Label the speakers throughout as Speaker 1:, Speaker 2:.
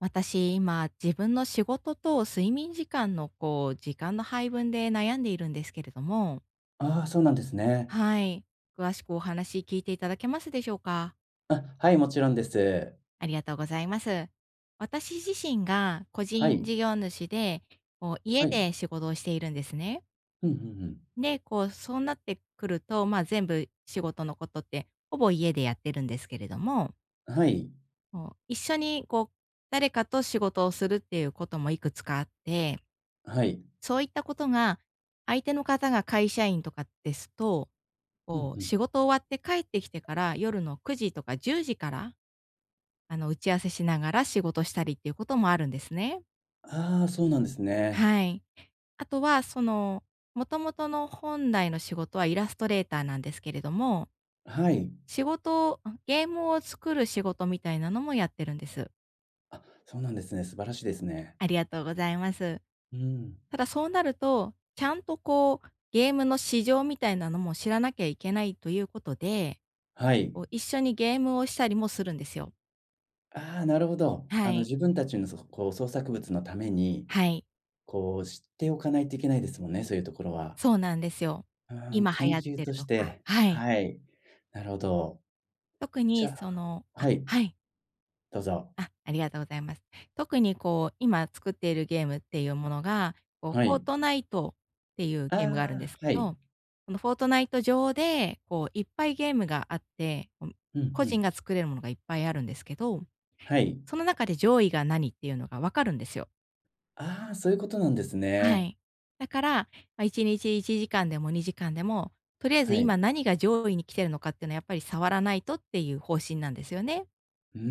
Speaker 1: 私、今、自分の仕事と睡眠時間の、時間の配分で悩んでいるんですけれども、
Speaker 2: ああ、そうなんですね。
Speaker 1: はい。詳しくお話聞いていただけますでしょうか？
Speaker 2: あ、はい、もちろんです。
Speaker 1: ありがとうございます。私自身が個
Speaker 2: は
Speaker 1: 人
Speaker 2: い、
Speaker 1: 事業主で、
Speaker 2: は
Speaker 1: 家
Speaker 2: い。
Speaker 1: で仕事をしているんですね。
Speaker 2: うんうん
Speaker 1: で、こう、そうなってくると、まあ、全部仕事のことって、ほぼ家でやってるんですけれども、
Speaker 2: うん。はい、
Speaker 1: 一緒に、誰かと仕事をするっていうこともいくつかあって、
Speaker 2: はい。
Speaker 1: そういったことが、相手の方が会社員とかですと、
Speaker 2: うんうん。
Speaker 1: 仕事終わって帰ってきてから、夜の9時とか10時から、打ち合わせしながら仕事したりっていうこともあるんですね。
Speaker 2: ああ、そうなんですね。
Speaker 1: はい。あとは、その、もともとの本来の仕事はイラストレーターなんですけれども、
Speaker 2: はい。
Speaker 1: 仕事をゲームを作る仕事みたいなのもやってるんです。
Speaker 2: あ、そうなんですね。素晴らしいですね。
Speaker 1: ありがとうございます。
Speaker 2: うん。
Speaker 1: ただそうなると、ちゃんとこう、ゲームの市場みたいなのも知らなきゃいけないということで、
Speaker 2: はい。
Speaker 1: 一緒にゲームをしたりもするんですよ。
Speaker 2: ああ、なるほど。
Speaker 1: は
Speaker 2: あの、
Speaker 1: い。
Speaker 2: 自分たちの、そこう、創作物のために、
Speaker 1: はい。
Speaker 2: こう、知っておかないといけないですもんね、そういうところは。
Speaker 1: そうなんですよ。
Speaker 2: うーん、
Speaker 1: 今流
Speaker 2: 研
Speaker 1: 行っ
Speaker 2: 究
Speaker 1: てる
Speaker 2: とし
Speaker 1: とか、
Speaker 2: て。
Speaker 1: はい。
Speaker 2: はい。なるほど。
Speaker 1: 特
Speaker 2: じゃ
Speaker 1: に
Speaker 2: あ
Speaker 1: そのあ、
Speaker 2: はい、
Speaker 1: はい。
Speaker 2: どうぞ。
Speaker 1: あ、ありがとうございます。特にこう、今作っているゲームっていうものが、
Speaker 2: は
Speaker 1: フォー
Speaker 2: い。
Speaker 1: トナイトっていうゲームがあるんで
Speaker 2: ああ、
Speaker 1: すけ
Speaker 2: はい。
Speaker 1: ど、このフォートナイト上で、いっぱいゲームがあって、
Speaker 2: うんう
Speaker 1: 個
Speaker 2: ん。
Speaker 1: 人が作れるものがいっぱいあるんですけど、
Speaker 2: はい。
Speaker 1: その中で上位が何っていうのが分かるんですよ。
Speaker 2: ああ、そういうことなんです
Speaker 1: は
Speaker 2: ね。
Speaker 1: い。だから、まあ、1日1時間でも2時間でも、とりあえず
Speaker 2: はい。
Speaker 1: 今何が上位に来てるのかっていうのはやっぱり触らないとっていう方針なんですよね。
Speaker 2: うー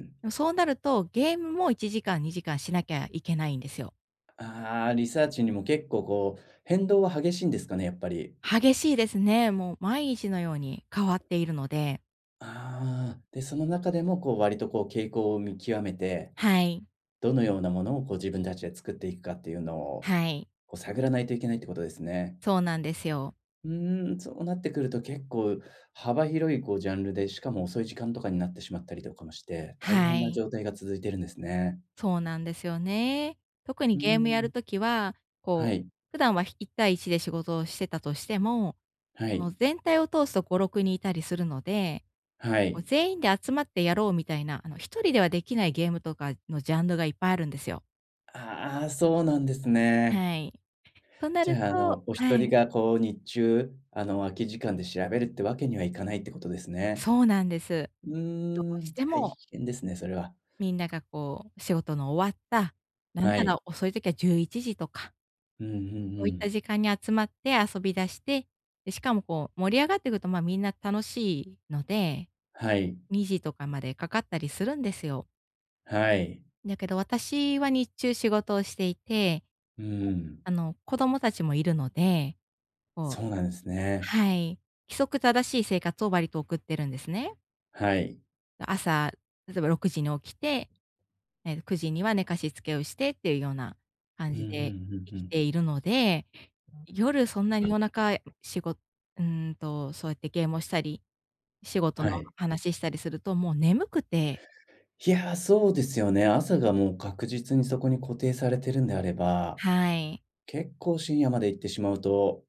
Speaker 2: ん。
Speaker 1: でもそうなると、ゲームも1時間2時間しなきゃいけないんですよ。
Speaker 2: ああ、リサーチにも結構こう、変動は激しいんですかね、やっぱり。
Speaker 1: 激しいですね。もう毎日のように変わっているので。
Speaker 2: ああ、で、その中でもこう割とこう傾向を見極めて、
Speaker 1: はい。
Speaker 2: どのようなものをこう自分たちで作っていくかっていうのを、
Speaker 1: はい。
Speaker 2: こう探らないといけないってことですね。
Speaker 1: そうなんですよ。
Speaker 2: うーん、そうなってくると結構幅広いこうジャンルで、しかも遅い時間とかになってしまったりとかもして、
Speaker 1: は
Speaker 2: 大変な
Speaker 1: い。
Speaker 2: 状態が続いてるんですね。
Speaker 1: そうなんですよね。特に
Speaker 2: うー
Speaker 1: ゲームやる
Speaker 2: ん。
Speaker 1: ときは、こ
Speaker 2: は
Speaker 1: う、
Speaker 2: い、
Speaker 1: 普段は1対1で仕事をしてたとしても、
Speaker 2: はい、
Speaker 1: 全体を通すと5、6人いたりするので、
Speaker 2: は
Speaker 1: こう
Speaker 2: い。
Speaker 1: 全員で集まってやろうみたいな、1人ではできないゲームとかのジャンルがいっぱいあるんですよ。
Speaker 2: ああ、そうなんですね。
Speaker 1: はい。とな
Speaker 2: じ
Speaker 1: る
Speaker 2: ゃあ、あ
Speaker 1: と
Speaker 2: の、お一
Speaker 1: は
Speaker 2: 人
Speaker 1: い、
Speaker 2: がこう日中、あの、空き時間で調べるってわけにはいかないってことですね。
Speaker 1: そうなんです。
Speaker 2: う
Speaker 1: ど
Speaker 2: ー
Speaker 1: うし
Speaker 2: ん、
Speaker 1: て
Speaker 2: 大
Speaker 1: も
Speaker 2: 変ですね、それは。
Speaker 1: みんながこう仕事の終わった、なん
Speaker 2: は
Speaker 1: な
Speaker 2: い。
Speaker 1: ら遅い時は11時とか、
Speaker 2: うんうんう
Speaker 1: そういっ
Speaker 2: ん。
Speaker 1: た時間に集まって遊び出して、で、しかもこう盛り上がってくると、ま、みんな楽しいので、
Speaker 2: はい、
Speaker 1: 2時とかまでかかったりするんですよ。
Speaker 2: はい。
Speaker 1: だけど私は日中仕事をしていて、
Speaker 2: うー
Speaker 1: で、
Speaker 2: ん、
Speaker 1: あの、子供たちもいるので、こう、
Speaker 2: そうなんですね。
Speaker 1: はい、規則正しい生活を割と送ってるんですね。
Speaker 2: はい。
Speaker 1: 朝、例えば6時に起きて、ええ、9時には寝かしつけをしてっていうような感
Speaker 2: うんう
Speaker 1: じ
Speaker 2: んう
Speaker 1: で生
Speaker 2: んう
Speaker 1: き
Speaker 2: ん。
Speaker 1: ているので、夜そんなに夜中しごうんと、そうやってゲームをしたり、仕事の
Speaker 2: はい。
Speaker 1: 話したりするともう眠くて、
Speaker 2: いや、そうですよね。朝がもう確実にそこに固定されてるんであれば、
Speaker 1: はい、
Speaker 2: 結構深夜まで行ってしまうと、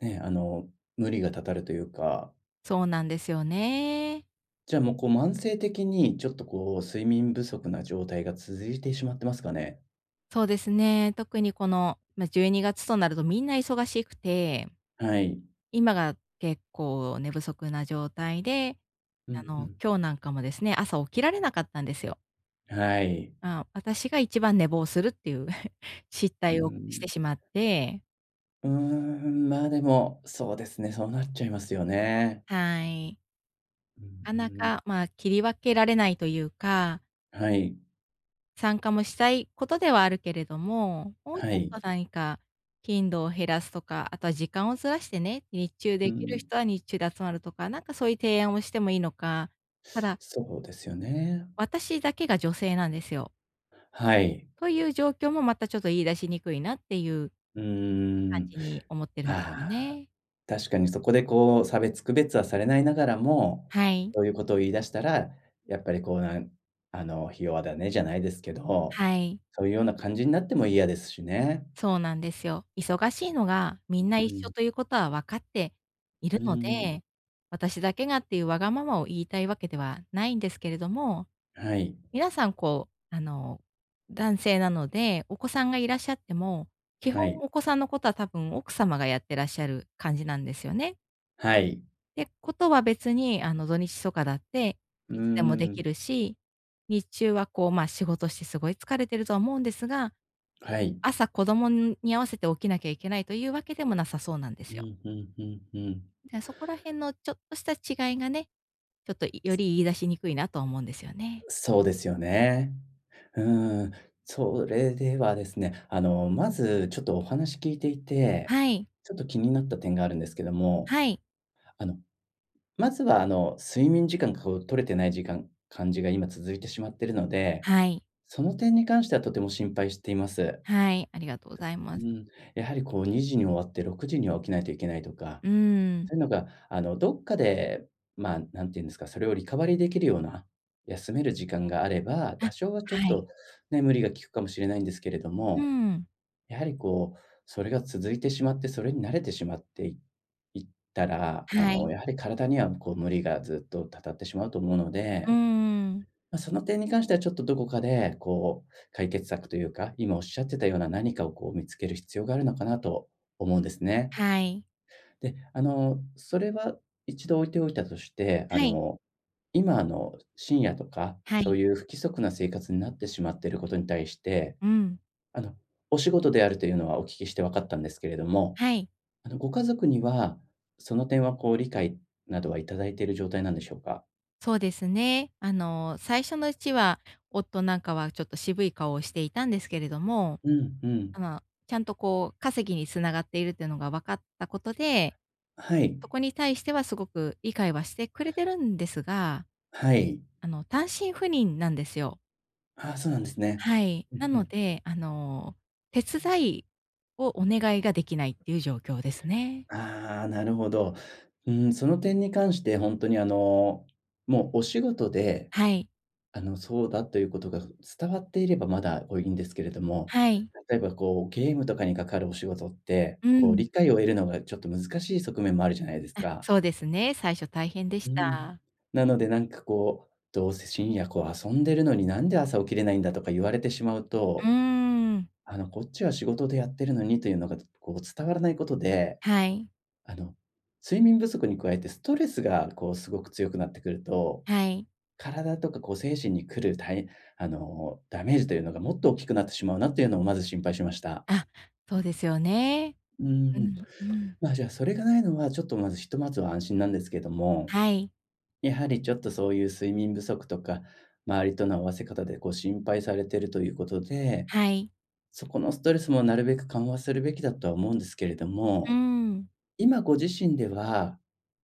Speaker 2: ね、あの、無理がたたるというか、
Speaker 1: そうなんですよね。
Speaker 2: じゃあ、もう、こう、慢性的にちょっと、こう、睡眠不足な状態が続いてしまってますかね？
Speaker 1: そうですね、特にこの、ま、12月となるとみんな忙しくて
Speaker 2: はい。
Speaker 1: 今が結構寝不足な状態で、
Speaker 2: うんうん。
Speaker 1: 今日なんかもですね、朝起きられなかったんですよ。
Speaker 2: はい。
Speaker 1: あ、私が一番寝坊するっていう 失
Speaker 2: うー
Speaker 1: 態をし
Speaker 2: ん。
Speaker 1: てしまって、
Speaker 2: うーん、まあ、でも、そうですね、そうなっちゃいますよね。
Speaker 1: はい。
Speaker 2: う
Speaker 1: な
Speaker 2: ん
Speaker 1: かな
Speaker 2: うん。
Speaker 1: か、まあ、切り分けられないというか、
Speaker 2: はい、
Speaker 1: 参加もしたいことではあるけれども、もうち
Speaker 2: は
Speaker 1: ょっ
Speaker 2: い。
Speaker 1: と何か頻度を減らすとか、あとは時間をずらしてね、日中
Speaker 2: う
Speaker 1: で
Speaker 2: ん
Speaker 1: き
Speaker 2: う
Speaker 1: る
Speaker 2: ん。
Speaker 1: 人は日中で集まるとか、なんかそういう提案をしてもいいのか、ただ、
Speaker 2: そうですよね。
Speaker 1: 私だけが女性なんですよ。
Speaker 2: はい。
Speaker 1: という状況もまたちょっと言い出しにくいなっていう
Speaker 2: うー
Speaker 1: 感
Speaker 2: ん。
Speaker 1: じに思ってるんですよ
Speaker 2: ああ。
Speaker 1: ね。
Speaker 2: 確かにそこでこう、差別区別はされないながらも、
Speaker 1: はい。
Speaker 2: そういうことを言い出したら、やっぱりこうなんあの、ひ弱だねじゃないですけど、
Speaker 1: はい。
Speaker 2: そういうような感じになっても嫌ですしね。
Speaker 1: そうなんですよ。忙しいのがみんな
Speaker 2: う
Speaker 1: 一緒
Speaker 2: ん。
Speaker 1: ということは分かっている
Speaker 2: うんう
Speaker 1: の
Speaker 2: んん。
Speaker 1: で、私だけがっていうわがままを言いたいわけではないんですけれども、
Speaker 2: はい。
Speaker 1: 皆さんこう、男性なので、お子さんがいらっしゃっても、基
Speaker 2: は
Speaker 1: 本
Speaker 2: い。
Speaker 1: お子さんのことは多分奥様がやってらっしゃる感じなんですよね。
Speaker 2: はい。
Speaker 1: で、ことは別に、土日とかだって、
Speaker 2: うー
Speaker 1: いつでもで
Speaker 2: ん。
Speaker 1: きるし、日中はこう、まあ、仕事してすごい疲れてるとは思うんですが、
Speaker 2: はい。
Speaker 1: 朝子供に合わせて起きなきゃいけないというわけでもなさそうなんで
Speaker 2: う
Speaker 1: すよ。
Speaker 2: ん、ふんふんふん。
Speaker 1: で、そこら辺のちょっとした違いがね、ちょっとより言い出しにくいなとは思うんですよね。
Speaker 2: そうですよね。うーん。それではですね、あの、まずちょっとお話聞いていて、
Speaker 1: はい。
Speaker 2: ちょっと気になった点があるんですけども、
Speaker 1: はい。
Speaker 2: あの、まずは、あの、睡眠時間が、こう、取れてない時間感じが今続いてしまっているので、
Speaker 1: はい。
Speaker 2: その点に関してはとても心配しています。
Speaker 1: はい、ありがとうございま
Speaker 2: う
Speaker 1: す。
Speaker 2: ん、やはり、こう、2時に終わって6時には起きないといけないとか、
Speaker 1: うーん。
Speaker 2: そういうのが、あの、どっかで、まあ、なんていうんですか、それをリカバリーできるような、休める時間があれば、
Speaker 1: あ、
Speaker 2: 多少はちょっ
Speaker 1: はい。
Speaker 2: とね、無理がきくかもしれないんですけれど
Speaker 1: う
Speaker 2: も、
Speaker 1: ん。
Speaker 2: やはりこう、それが続いてしまって、それに慣れてしまっていいったら、あ
Speaker 1: は
Speaker 2: の、
Speaker 1: い。
Speaker 2: やはり体にはこう無理がずっとたたってしまうと思うの
Speaker 1: うー
Speaker 2: で、
Speaker 1: ん。
Speaker 2: ま、その点に関してはちょっとどこかでこう、解決策というか、今おっしゃってたような何かをこう見つける必要があるのかなと思うんですね。
Speaker 1: はい。
Speaker 2: で、あの、それは一度置いておいたとして、あ
Speaker 1: はい。
Speaker 2: の、今の、深夜とか、
Speaker 1: は
Speaker 2: そ
Speaker 1: い。
Speaker 2: ういう不規則な生活になってしまっていることに対して、
Speaker 1: うん。
Speaker 2: あの、お仕事であるというのはお聞きして分かったんですけれども、
Speaker 1: はい。
Speaker 2: あの、ご家族には、その点はこう理解などはいただいている状態なんでしょうか？
Speaker 1: そうですね。あの、最初のうちは、夫なんかはちょっと渋い顔をしていたんですけれども、
Speaker 2: うんう
Speaker 1: あ
Speaker 2: ん。
Speaker 1: の、ちゃんとこう稼ぎにつながっているっていうのが分かったことで、
Speaker 2: はい、
Speaker 1: そこに対してはすごく理解はしてくれてるんですが、
Speaker 2: はい。
Speaker 1: 単身赴任なんですよ。
Speaker 2: ああ、そうなんですね。
Speaker 1: はい。
Speaker 2: う
Speaker 1: な
Speaker 2: んう
Speaker 1: の
Speaker 2: ん。
Speaker 1: で、あの、手伝いをお願いができないっていう状況ですね。
Speaker 2: ああ、なるほど。うん、その点に関してほんとにあの、もうお仕事で、
Speaker 1: はい。
Speaker 2: あの、そうだということが伝わっていればまだこういいんですけれども、
Speaker 1: はい。
Speaker 2: 例えばこうゲームとかにかかるお仕事って、
Speaker 1: う
Speaker 2: こう
Speaker 1: ん。
Speaker 2: 理解を得るのがちょっと難しい側面もあるじゃないです
Speaker 1: あ、
Speaker 2: か。
Speaker 1: そうですね。最初大変で
Speaker 2: う
Speaker 1: し
Speaker 2: ん。
Speaker 1: た。
Speaker 2: なのでなんかこう、どうせ深夜こう遊んでるのになんで朝起きれないんだとか言われてしまう
Speaker 1: うー
Speaker 2: と、
Speaker 1: ん。
Speaker 2: あのこっちは仕事でやってるのにというのがこう伝わらないことで、
Speaker 1: はい。
Speaker 2: あの睡眠不足に加えてストレスがこうすごく強くなってくると、
Speaker 1: はい。
Speaker 2: 体とかこう精神に来るたいあのダメージというのがもっと大きくなってしまうなというのをまず心配しました。
Speaker 1: あ、そうですよね。
Speaker 2: うー
Speaker 1: う
Speaker 2: ん。
Speaker 1: ん、うん。
Speaker 2: まあ、じゃあそれがないのはちょっとまずひとまずは安心なんですけども、
Speaker 1: はい、
Speaker 2: やはりちょっとそういう睡眠不足とか、周りとの合わせ方でこう心配されてるということで、
Speaker 1: はい。
Speaker 2: そこのストレスもなるべく緩和するべきだとは思うんですけれど
Speaker 1: う
Speaker 2: も、
Speaker 1: ん。
Speaker 2: 今ご自身では、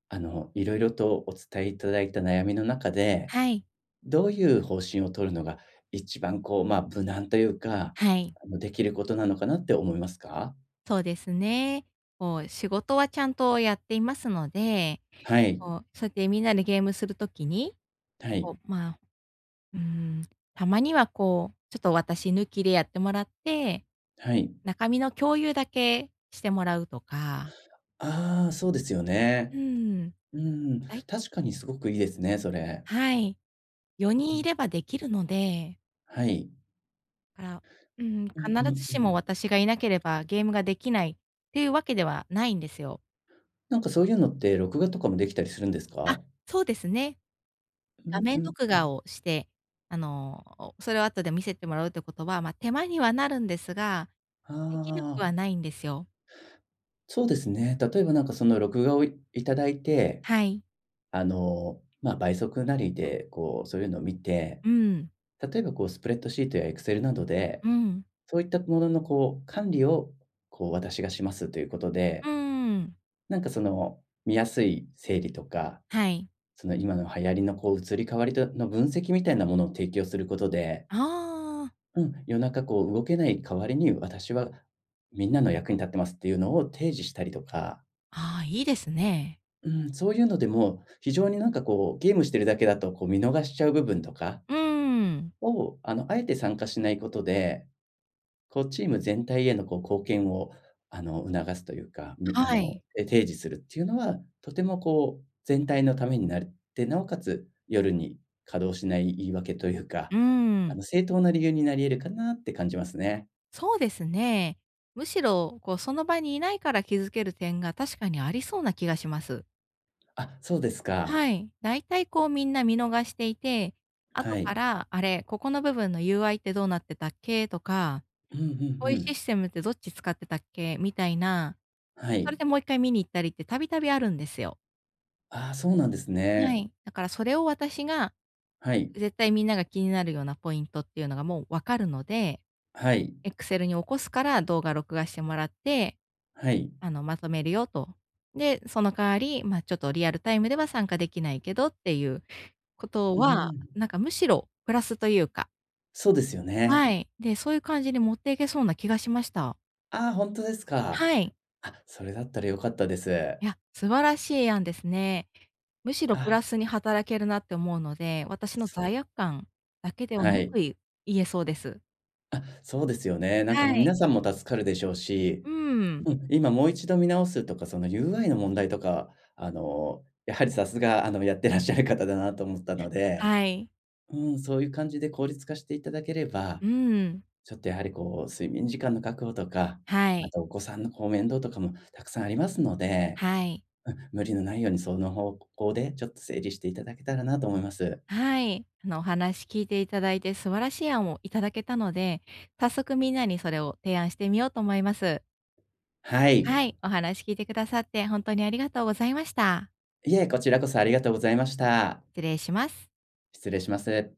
Speaker 2: あの、いろいろとお伝えいただいた悩みの中で、
Speaker 1: はい、
Speaker 2: どういう方針を取るのが一番こう、まあ、無難というか、
Speaker 1: はい。
Speaker 2: あの、できることなのかなって思いますか？
Speaker 1: そうですね。仕事はちゃんとやっていますので、
Speaker 2: はい、
Speaker 1: そうやってみんなでゲームするときに、
Speaker 2: は
Speaker 1: こ
Speaker 2: い、
Speaker 1: う、まあ、うーん、たまにはこう、ちょっと私抜きでやってもらって、
Speaker 2: はい。
Speaker 1: 中身の共有だけしてもらうとか、
Speaker 2: ああ、そうですよ
Speaker 1: う
Speaker 2: ね。
Speaker 1: ーん、
Speaker 2: うん、
Speaker 1: だい
Speaker 2: 確かにすごくいいですね、それ。
Speaker 1: はい、4
Speaker 2: う
Speaker 1: 人い
Speaker 2: ん、
Speaker 1: ればできるので
Speaker 2: はい。
Speaker 1: から、うん、必
Speaker 2: うんう
Speaker 1: ず
Speaker 2: んう
Speaker 1: しも
Speaker 2: ん。
Speaker 1: 私がいなければゲームができないっていうわけではないんですよ。
Speaker 2: なんかそういうのって録画とかもできたりするんです
Speaker 1: あ、
Speaker 2: か？
Speaker 1: そうですね。
Speaker 2: う
Speaker 1: 画
Speaker 2: んう
Speaker 1: 面
Speaker 2: ん。
Speaker 1: 録画をして、それを後で見せてもらうってことは、まあ、手間にはなるんですが、
Speaker 2: あ
Speaker 1: できなくはな
Speaker 2: あ、
Speaker 1: いんですよ。
Speaker 2: そうですね。例えばなんかその録画をいただいて、
Speaker 1: はい。
Speaker 2: あの、ま、倍速なりでこうそういうのを見て、
Speaker 1: うん。
Speaker 2: 例えばこうスプレッドシートやエクセルなどで、
Speaker 1: うん。
Speaker 2: そういったもののこう管理をこう私がしますということ
Speaker 1: うー
Speaker 2: で、
Speaker 1: ん。
Speaker 2: なんかその見やすい整理とか、
Speaker 1: はい。
Speaker 2: その今の流行りのこう移り変わりとの分析みたいなものを提供することで、
Speaker 1: ああ。
Speaker 2: うん、夜中こう動けない代わりに、私はみんなの役に立ってますっていうのを提示したりとか、
Speaker 1: ああ、いいですね。
Speaker 2: うん、そういうのでも、非常になんかこう、ゲームしてるだけだとこう見逃しちゃう部分とか
Speaker 1: うーん。
Speaker 2: を、あの、あえて参加しないことで、こうチーム全体へのこう貢献を、あの、促すというか、みあ
Speaker 1: は
Speaker 2: の、
Speaker 1: い。
Speaker 2: え、提示するっていうのは、とてもこう、全体のためになるって、なおかつ夜に稼働しない言い訳というか、
Speaker 1: うー
Speaker 2: あの、
Speaker 1: ん。
Speaker 2: 正当な理由になり得るかなって感じますね。
Speaker 1: そうですね。むしろ、こう、その場にいないから気づける点が確かにありそうな気がします。
Speaker 2: あ、そうですか。
Speaker 1: はい。だいたいこうみんな見逃していて、
Speaker 2: は
Speaker 1: 後か
Speaker 2: い。
Speaker 1: ら、あれ、ここの部分の UI ってどうなってたっけとか、
Speaker 2: うんうんう
Speaker 1: こういうシ
Speaker 2: ん。
Speaker 1: ステムってどっち使ってたっけみたいな、
Speaker 2: は
Speaker 1: そ
Speaker 2: い。
Speaker 1: れでもう一回見に行ったりってたびたびあるんですよ。
Speaker 2: ああ、そうなんです
Speaker 1: は
Speaker 2: ね。
Speaker 1: い。だからそれを私が、
Speaker 2: はい。
Speaker 1: 絶対みんなが気になるようなポイントっていうのがもうわかるので、
Speaker 2: はい。
Speaker 1: Excel に起こすから動画録画してもらって、
Speaker 2: はい。
Speaker 1: まとめるよと。で、その代わり、まあ、ちょっとリアルタイムでは参加できないけどっていうこと
Speaker 2: うー
Speaker 1: は、
Speaker 2: ん。
Speaker 1: なんかむしろプラスというか、
Speaker 2: そうですよね。
Speaker 1: はい。で、そういう感じに持っていけそうな気がしました。
Speaker 2: ああ、ほんとですか。
Speaker 1: はい。
Speaker 2: あ、それだったら良かったです。
Speaker 1: いや、素晴らしい案ですね。むしろプ
Speaker 2: あ、
Speaker 1: ラスに働けるなって思うので、私の
Speaker 2: そう。
Speaker 1: 罪悪感だけでは
Speaker 2: は
Speaker 1: な
Speaker 2: い。
Speaker 1: く、言えそうです。
Speaker 2: あ、そうですよね。なんか
Speaker 1: は
Speaker 2: もう
Speaker 1: い。
Speaker 2: 皆さんも助かるでしょうし、
Speaker 1: うん。
Speaker 2: うん、今もう一度見直すとか、その UI の問題とか、あの、やはりさすが、あの、やってらっしゃる方だなと思ったので、
Speaker 1: はい。
Speaker 2: うん、そういう感じで効率化していただければ、
Speaker 1: うん。
Speaker 2: ちょっとやはりこう、睡眠時間の確保とか、
Speaker 1: は
Speaker 2: あ
Speaker 1: い。
Speaker 2: とお子さんのこう面倒とかもたくさんありますので、
Speaker 1: はい。
Speaker 2: うん、無理のないようにその方向でちょっと整理していただけたらなと思います。
Speaker 1: はい。あの、お話聞いていただいて素晴らしい案をいただけたので、早速みんなにそれを提案してみようと思います。
Speaker 2: はい。
Speaker 1: はい。お話聞いてくださって本当にありがとうございました。
Speaker 2: いえ、こちらこそありがとうございました。
Speaker 1: 失礼します。
Speaker 2: 失礼します。